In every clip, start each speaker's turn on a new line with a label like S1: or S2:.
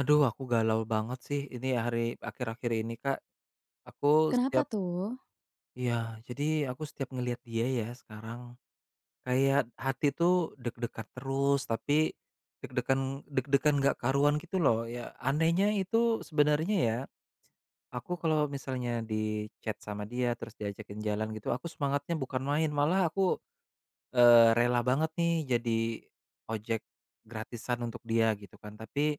S1: Aduh, aku galau banget sih ini hari akhir-akhir ini, Kak. Aku
S2: Kenapa
S1: setiap
S2: tuh?
S1: iya, jadi aku setiap ngelihat dia ya sekarang, kayak hati tuh deg-degan terus, tapi deg-degan deg-degan nggak karuan gitu loh. Ya, anehnya itu sebenarnya ya, aku kalau misalnya di-chat sama dia terus diajakin jalan gitu, aku semangatnya bukan main, malah aku, rela banget nih jadi ojek gratisan untuk dia gitu kan.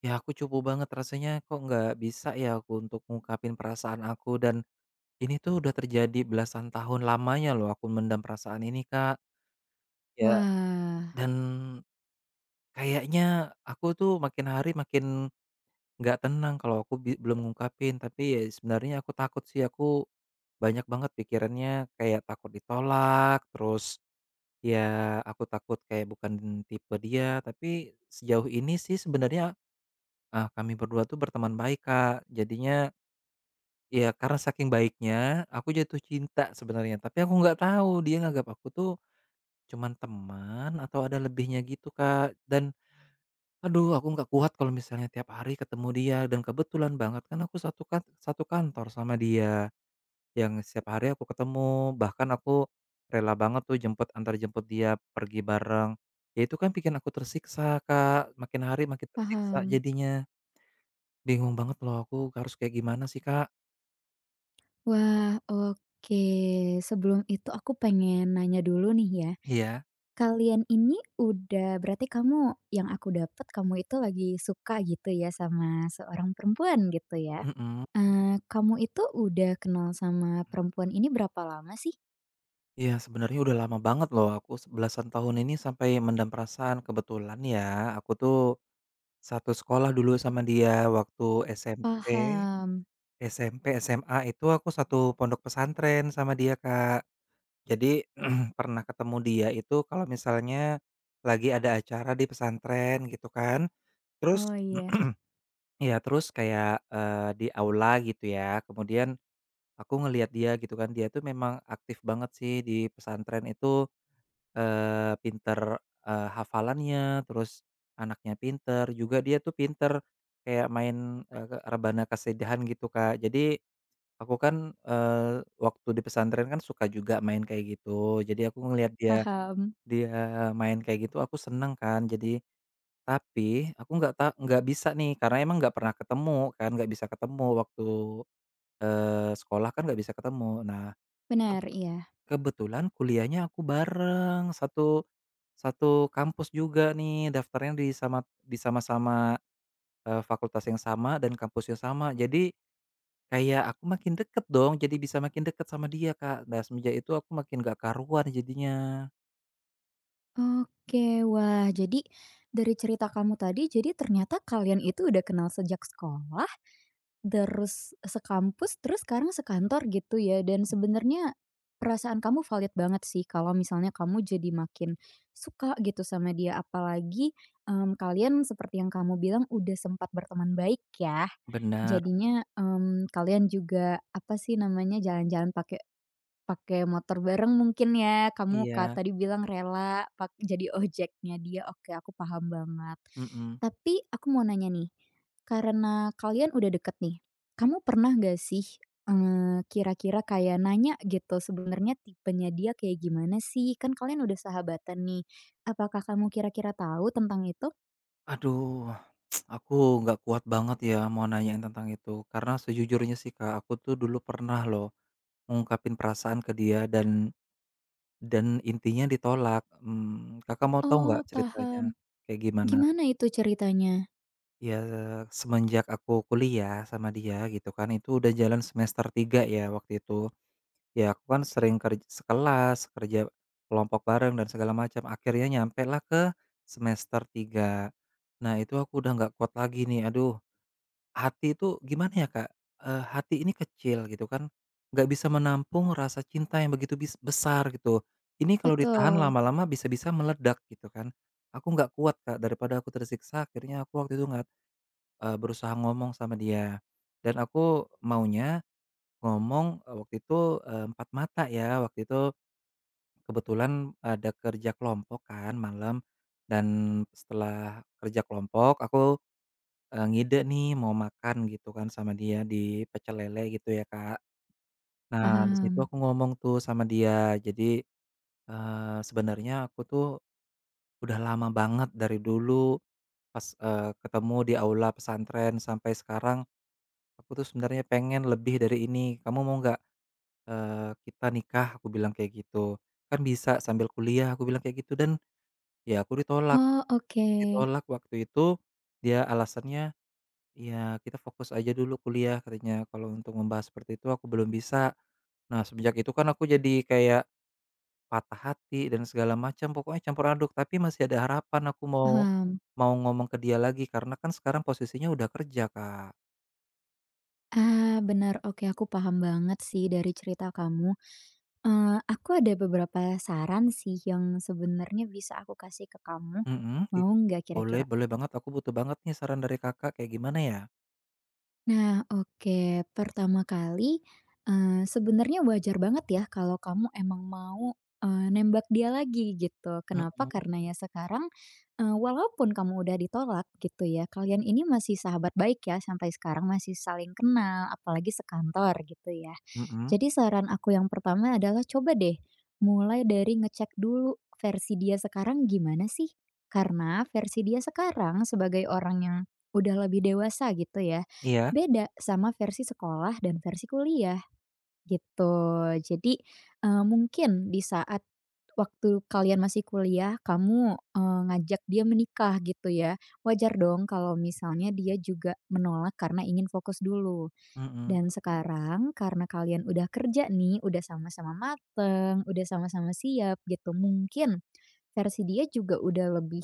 S1: Ya, aku cupu banget rasanya kok nggak bisa ya aku untuk ngungkapin perasaan aku. Dan ini tuh udah terjadi belasan tahun lamanya loh aku mendam perasaan ini, Kak. Ya.
S2: Wah,
S1: Dan kayaknya aku tuh makin hari makin nggak tenang kalau aku belum ngungkapin, tapi ya sebenarnya aku takut sih. Aku banyak banget pikirannya kayak takut ditolak, terus ya aku takut kayak bukan tipe dia, tapi sejauh ini sih sebenarnya, ah, kami berdua tuh berteman baik, Kak. Jadinya Iya, karena saking baiknya, aku jatuh cinta sebenarnya, tapi aku nggak tahu dia nganggap aku tuh cuman teman atau ada lebihnya gitu, Kak. Dan aduh aku nggak kuat kalau misalnya tiap hari ketemu dia, dan kebetulan banget kan aku satu kantor sama dia, yang setiap hari aku ketemu, bahkan aku rela banget tuh jemput antar jemput dia pergi bareng. Ya itu kan bikin aku tersiksa, Kak, makin hari makin tersiksa
S2: paham.
S1: jadinya. Bingung banget loh aku harus kayak gimana sih, Kak?
S2: Wah, oke. Sebelum itu aku pengen nanya dulu nih ya.
S1: Iya,
S2: Kalian ini udah berarti kamu yang aku dapat kamu itu lagi suka gitu ya sama seorang perempuan gitu ya?
S1: mhm.
S2: Kamu itu udah kenal sama perempuan ini berapa lama sih?
S1: Iya, sebenarnya udah lama banget loh aku belasan tahun ini sampai mendam perasaan. Kebetulan ya, aku tuh satu sekolah dulu sama dia waktu SMP,
S2: Paham.
S1: SMA itu aku satu pondok pesantren sama dia, Kak. Jadi pernah ketemu dia itu kalau misalnya lagi ada acara di pesantren gitu kan. Terus
S2: Oh iya,
S1: ya terus kayak, di aula gitu ya. Kemudian aku ngelihat dia gitu kan, dia tuh memang aktif banget sih di pesantren itu. Pinter, hafalannya, terus anaknya pinter, juga dia tuh pinter kayak main, rebana kesedihan gitu, Kak. Jadi aku kan, waktu di pesantren kan suka juga main kayak gitu, jadi aku ngelihat dia
S2: paham.
S1: dia main kayak gitu aku seneng kan. Tapi aku nggak bisa nih karena emang nggak pernah ketemu kan, nggak bisa ketemu waktu, sekolah kan nggak bisa ketemu. Nah.
S2: Benar, iya.
S1: Kebetulan kuliahnya aku bareng, satu satu kampus juga nih, daftarnya di sama-sama, fakultas yang sama dan kampus yang sama. Jadi kayak aku makin deket dong, jadi bisa makin deket sama dia, Kak. Nah, semenjak itu aku makin gak karuan jadinya.
S2: Oke, wah jadi dari cerita kamu tadi jadi ternyata kalian itu udah kenal sejak sekolah? Terus sekampus, terus sekarang sekantor gitu ya dan sebenarnya perasaan kamu valid banget sih kalau misalnya kamu jadi makin suka gitu sama dia apalagi, kalian seperti yang kamu bilang udah sempat berteman baik ya.
S1: Benar.
S2: Jadinya, kalian juga apa sih namanya jalan-jalan pakai pakai motor bareng mungkin ya, kamu Kak,
S1: Iya,
S2: tadi bilang rela pak jadi ojeknya dia, oke aku paham banget.
S1: mhm.
S2: Tapi aku mau nanya nih, karena kalian udah deket nih, kamu pernah nggak sih, kira-kira kayak nanya gitu sebenarnya tipenya dia kayak gimana sih? Kan kalian udah sahabatan nih, apakah kamu kira-kira tahu tentang itu?
S1: Aduh, aku nggak kuat banget ya mau nanyain tentang itu, karena sejujurnya sih, Kak, aku tuh dulu pernah loh ngungkapin perasaan ke dia. Dan intinya ditolak. Mmm, Kakak mau tahu
S2: Oh,
S1: nggak ceritanya
S2: paham.
S1: kayak gimana?
S2: Gimana itu ceritanya?
S1: Ya, semenjak aku kuliah sama dia gitu kan, itu udah jalan semester 3 ya waktu itu. Ya aku kan sering sekelas, kerja kelompok bareng dan segala macam, akhirnya nyampelah ke semester 3. Nah, itu aku udah nggak kuat lagi nih, aduh. Hati itu gimana ya, Kak, hati ini kecil gitu kan, nggak bisa menampung rasa cinta yang begitu besar gitu. Ini kalau ditahan
S2: Betul,
S1: lama-lama bisa-bisa meledak gitu kan. Aku nggak kuat, Kak, daripada aku tersiksa akhirnya aku waktu itu nggak, berusaha ngomong sama dia. Dan aku maunya ngomong, waktu itu, empat mata ya, waktu itu kebetulan ada kerja kelompok kan malam, dan setelah kerja kelompok aku ngide nih mau makan gitu kan sama dia di pecel lele gitu ya, Kak. Nah, di situ
S2: paham.
S1: aku ngomong tuh sama dia. Jadi, eee, sebenarnya aku tuh udah lama banget dari dulu pas, ketemu di aula pesantren sampai sekarang, aku tuh sebenarnya pengen lebih dari ini. "Kamu mau nggak, eee, kita nikah?" Aku bilang kayak gitu. "Kan bisa sambil kuliah," aku bilang kayak gitu, dan ya aku ditolak.
S2: Oh, oke,
S1: Ditolak waktu itu, dia alasannya, iya, "Kita fokus aja dulu kuliah," katanya, "kalau untuk membahas seperti itu aku belum bisa." Nah, sejak itu kan aku jadi kayak patah hati dan segala macam, pokoknya campur aduk, tapi masih ada harapan aku mau
S2: paham.
S1: mau ngomong ke dia lagi karena kan sekarang posisinya udah kerja, Kak.
S2: Ah, benar. Oke, aku paham banget sih dari cerita kamu. Aku ada beberapa saran sih yang sebenarnya bisa aku kasih ke kamu.
S1: Mhm,
S2: Mau nggak
S1: boleh
S2: kira-kira?
S1: boleh banget, aku butuh banget nih saran dari Kakak, kayak gimana ya?
S2: Nah, oke. Pertama kali, sebenarnya wajar banget ya kalau kamu emang mau, nembak dia lagi gitu. Kenapa?
S1: Mhm,
S2: Karena ya sekarang, walaupun kamu udah ditolak gitu ya, kalian ini masih sahabat baik ya sampai sekarang, masih saling kenal, apalagi sekantor gitu ya.
S1: mhm,
S2: Jadi saran aku yang pertama adalah coba deh mulai dari ngecek dulu versi dia sekarang gimana sih? Karena versi dia sekarang sebagai orang yang udah lebih dewasa gitu ya,
S1: iya,
S2: beda sama versi sekolah dan versi kuliah gitu. Jadi, mungkin di saat waktu kalian masih kuliah kamu, ngajak dia menikah gitu ya, wajar dong kalau misalnya dia juga menolak karena ingin fokus dulu.
S1: mhm,
S2: Dan sekarang karena kalian udah kerja nih, udah sama-sama mateng, udah sama-sama siap gitu, mungkin versi dia juga udah lebih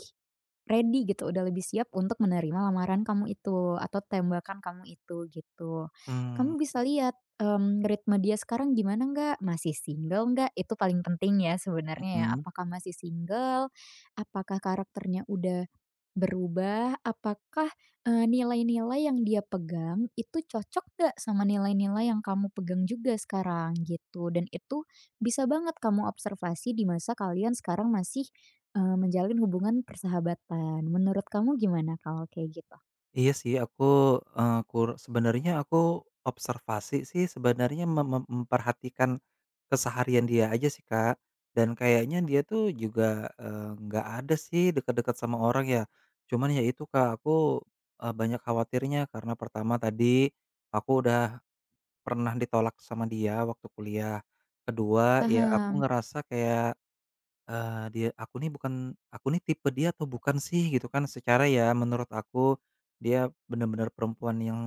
S2: ready gitu, udah lebih siap untuk menerima lamaran kamu itu atau tembakan kamu itu gitu.
S1: mmm,
S2: Kamu bisa lihat, ritme dia sekarang gimana nggak? Masih single nggak? Itu paling penting ya sebenarnya ya,
S1: mhm.
S2: apakah masih single? Apakah karakternya udah berubah, apakah, nilai-nilai yang dia pegang itu cocok nggak sama nilai-nilai yang kamu pegang juga sekarang gitu, dan itu bisa banget kamu observasi di masa kalian sekarang masih, menjalin hubungan persahabatan. Menurut kamu gimana kalau kayak gitu?
S1: Iya sih aku, eee, kur sebenarnya aku observasi sih sebenarnya mem mem memperhatikan keseharian dia aja sih, Kak, dan kayaknya dia tuh juga, nggak ada sih dekat-dekat sama orang ya. Cuman ya itu, Kak, aku, banyak khawatirnya karena pertama tadi aku udah pernah ditolak sama dia waktu kuliah, kedua ya aku
S2: Paham,
S1: ngerasa kayak Eee, dia aku nih bukan aku nih tipe dia atau bukan sih gitu kan, secara ya menurut aku dia benar-benar perempuan yang,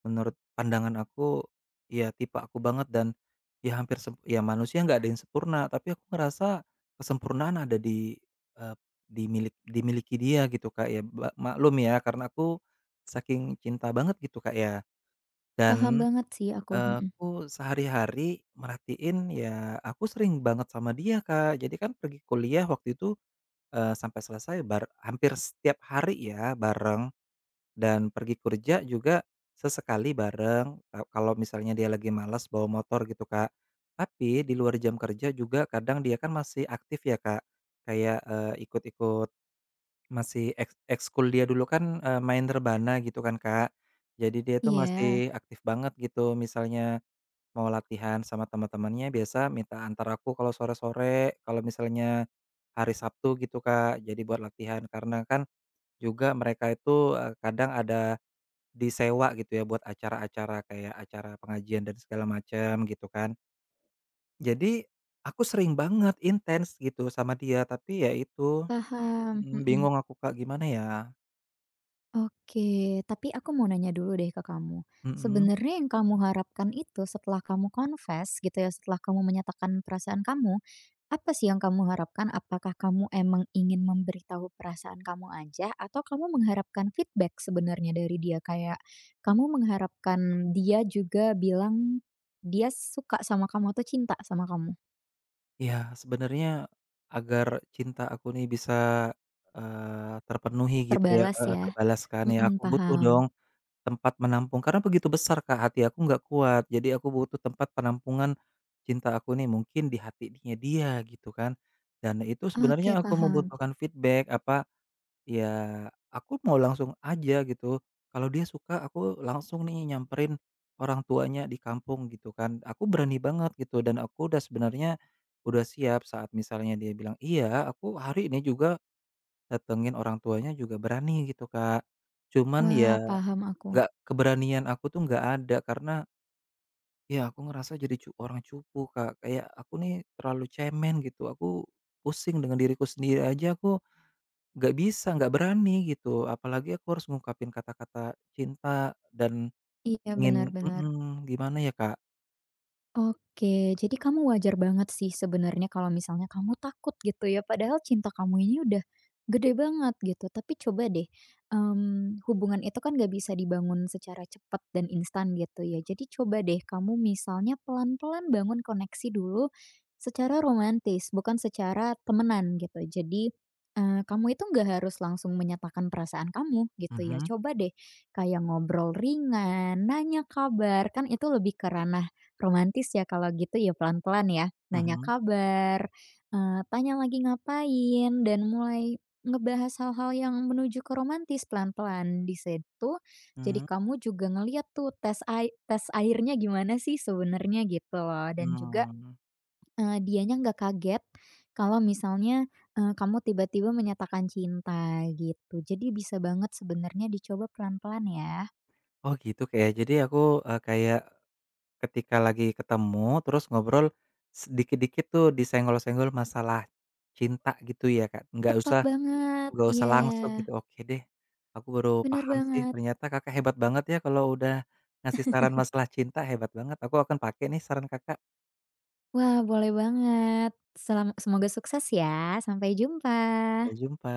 S1: menurut pandangan aku, ya tipe aku banget. Dan ya hampir ya manusia nggak ada yang sempurna, tapi aku ngerasa kesempurnaan ada di, eh, di milik dimiliki dia gitu, Kak, ya maklum ya karena aku saking cinta banget gitu, Kak, ya.
S2: paham
S1: Dan,
S2: banget sih aku, mhm.
S1: aku sehari-hari merhatiin ya aku sering banget sama dia, Kak. Jadi kan pergi kuliah waktu itu sampai selesai hampir setiap hari ya bareng, dan pergi kerja juga sesekali bareng, kalau misalnya dia lagi malas bawa motor gitu, Kak. Tapi di luar jam kerja juga kadang dia kan masih aktif ya, Kak, kayak, ikut-ikut masih ekskul dia dulu kan, main rebana gitu kan, Kak. Jadi dia tuh
S2: Iya,
S1: masih aktif banget gitu misalnya. Mau latihan sama teman-temannya, biasa minta antar aku kalau sore-sore, kalau misalnya hari Sabtu gitu, Kak. Jadi buat latihan, karena kan juga mereka itu, kadang ada disewa gitu ya buat acara-acara kayak acara pengajian dan segala macam gitu kan. Jadi aku sering banget intens gitu sama dia, tapi ya itu,
S2: paham,
S1: mhm,
S2: mhm.
S1: bingung aku, Kak, gimana ya?
S2: Oke, tapi aku mau nanya dulu deh ke kamu.
S1: Mhm.
S2: Sebenarnya yang kamu harapkan itu setelah kamu confess gitu ya, setelah kamu menyatakan perasaan kamu, apa sih yang kamu harapkan? Apakah kamu emang ingin memberitahu perasaan kamu aja atau kamu mengharapkan feedback sebenarnya dari dia? Kayak kamu mengharapkan dia juga bilang dia suka sama kamu atau cinta sama kamu.
S1: Iya, sebenarnya agar cinta aku nih bisa, terpenuhi gitu ya,
S2: Terbalas
S1: heeh,
S2: ya.
S1: terbalaskan ya,
S2: Mhm,
S1: aku butuh
S2: paham.
S1: dong tempat menampung karena begitu besar, Kak, hati aku nggak kuat. Jadi aku butuh tempat penampungan cinta aku nih mungkin di hatinya dia gitu kan. Dan itu sebenarnya
S2: Oke,
S1: aku
S2: paham.
S1: membutuhkan feedback, ya, aku mau langsung aja gitu. Kalau dia suka aku langsung nih nyamperin orang tuanya di kampung gitu kan. Aku berani banget gitu, dan aku udah sebenarnya udah siap saat misalnya dia bilang, "Iya, aku hari ini juga datengin orang tuanya juga berani," gitu, Kak. Cuman
S2: Wah,
S1: ya
S2: paham aku.
S1: nggak, keberanian aku tuh nggak ada karena ya aku ngerasa jadi orang cupu, Kak. Kayak aku nih terlalu cemen gitu. Aku pusing dengan diriku sendiri aja, aku nggak bisa, nggak berani gitu, apalagi aku harus ngungkapin kata-kata cinta dan
S2: Iya, benar
S1: ingin,
S2: benar.
S1: mhm, gimana ya, Kak?
S2: Oke, jadi kamu wajar banget sih sebenarnya kalau misalnya kamu takut gitu ya, padahal cinta kamu ini udah gede banget gitu. Tapi coba deh, hubungan itu kan gak bisa dibangun secara cepat dan instan gitu ya. Jadi coba deh kamu misalnya pelan-pelan bangun koneksi dulu secara romantis, bukan secara temenan gitu. Jadi, kamu itu nggak harus langsung menyatakan perasaan kamu gitu ya.
S1: Mhm,
S2: Coba deh kayak ngobrol ringan, nanya kabar, kan itu lebih ke ranah romantis ya kalau gitu ya pelan-pelan ya, nanya
S1: mhm,
S2: kabar, tanya lagi ngapain, dan mulai ngebahas hal-hal yang menuju ke romantis pelan-pelan. Di situ, jadi
S1: mhm,
S2: kamu juga ngelihat tuh tes airnya gimana sih sebenarnya gitu loh, dan juga,
S1: mmm.
S2: dianya nggak kaget kalau misalnya, kamu tiba-tiba menyatakan cinta gitu. Jadi bisa banget sebenarnya dicoba pelan-pelan ya.
S1: Oh gitu, Kak, ya? Jadi aku, kayak ketika lagi ketemu terus ngobrol sedikit-dikit tuh disenggol-senggol masalah cinta gitu ya, Kak? Nggak
S2: Tepat
S1: usah
S2: banget,
S1: nggak usah
S2: iya,
S1: langsung gitu, oke deh. Aku baru
S2: benar
S1: paham sih
S2: banget.
S1: ternyata Kakak hebat banget ya kalau udah ngasih saran masalah cinta, hebat banget. Aku akan pakai nih saran Kakak.
S2: Wah, boleh banget. Selam semoga sukses ya. Sampai jumpa.
S1: Sampai jumpa.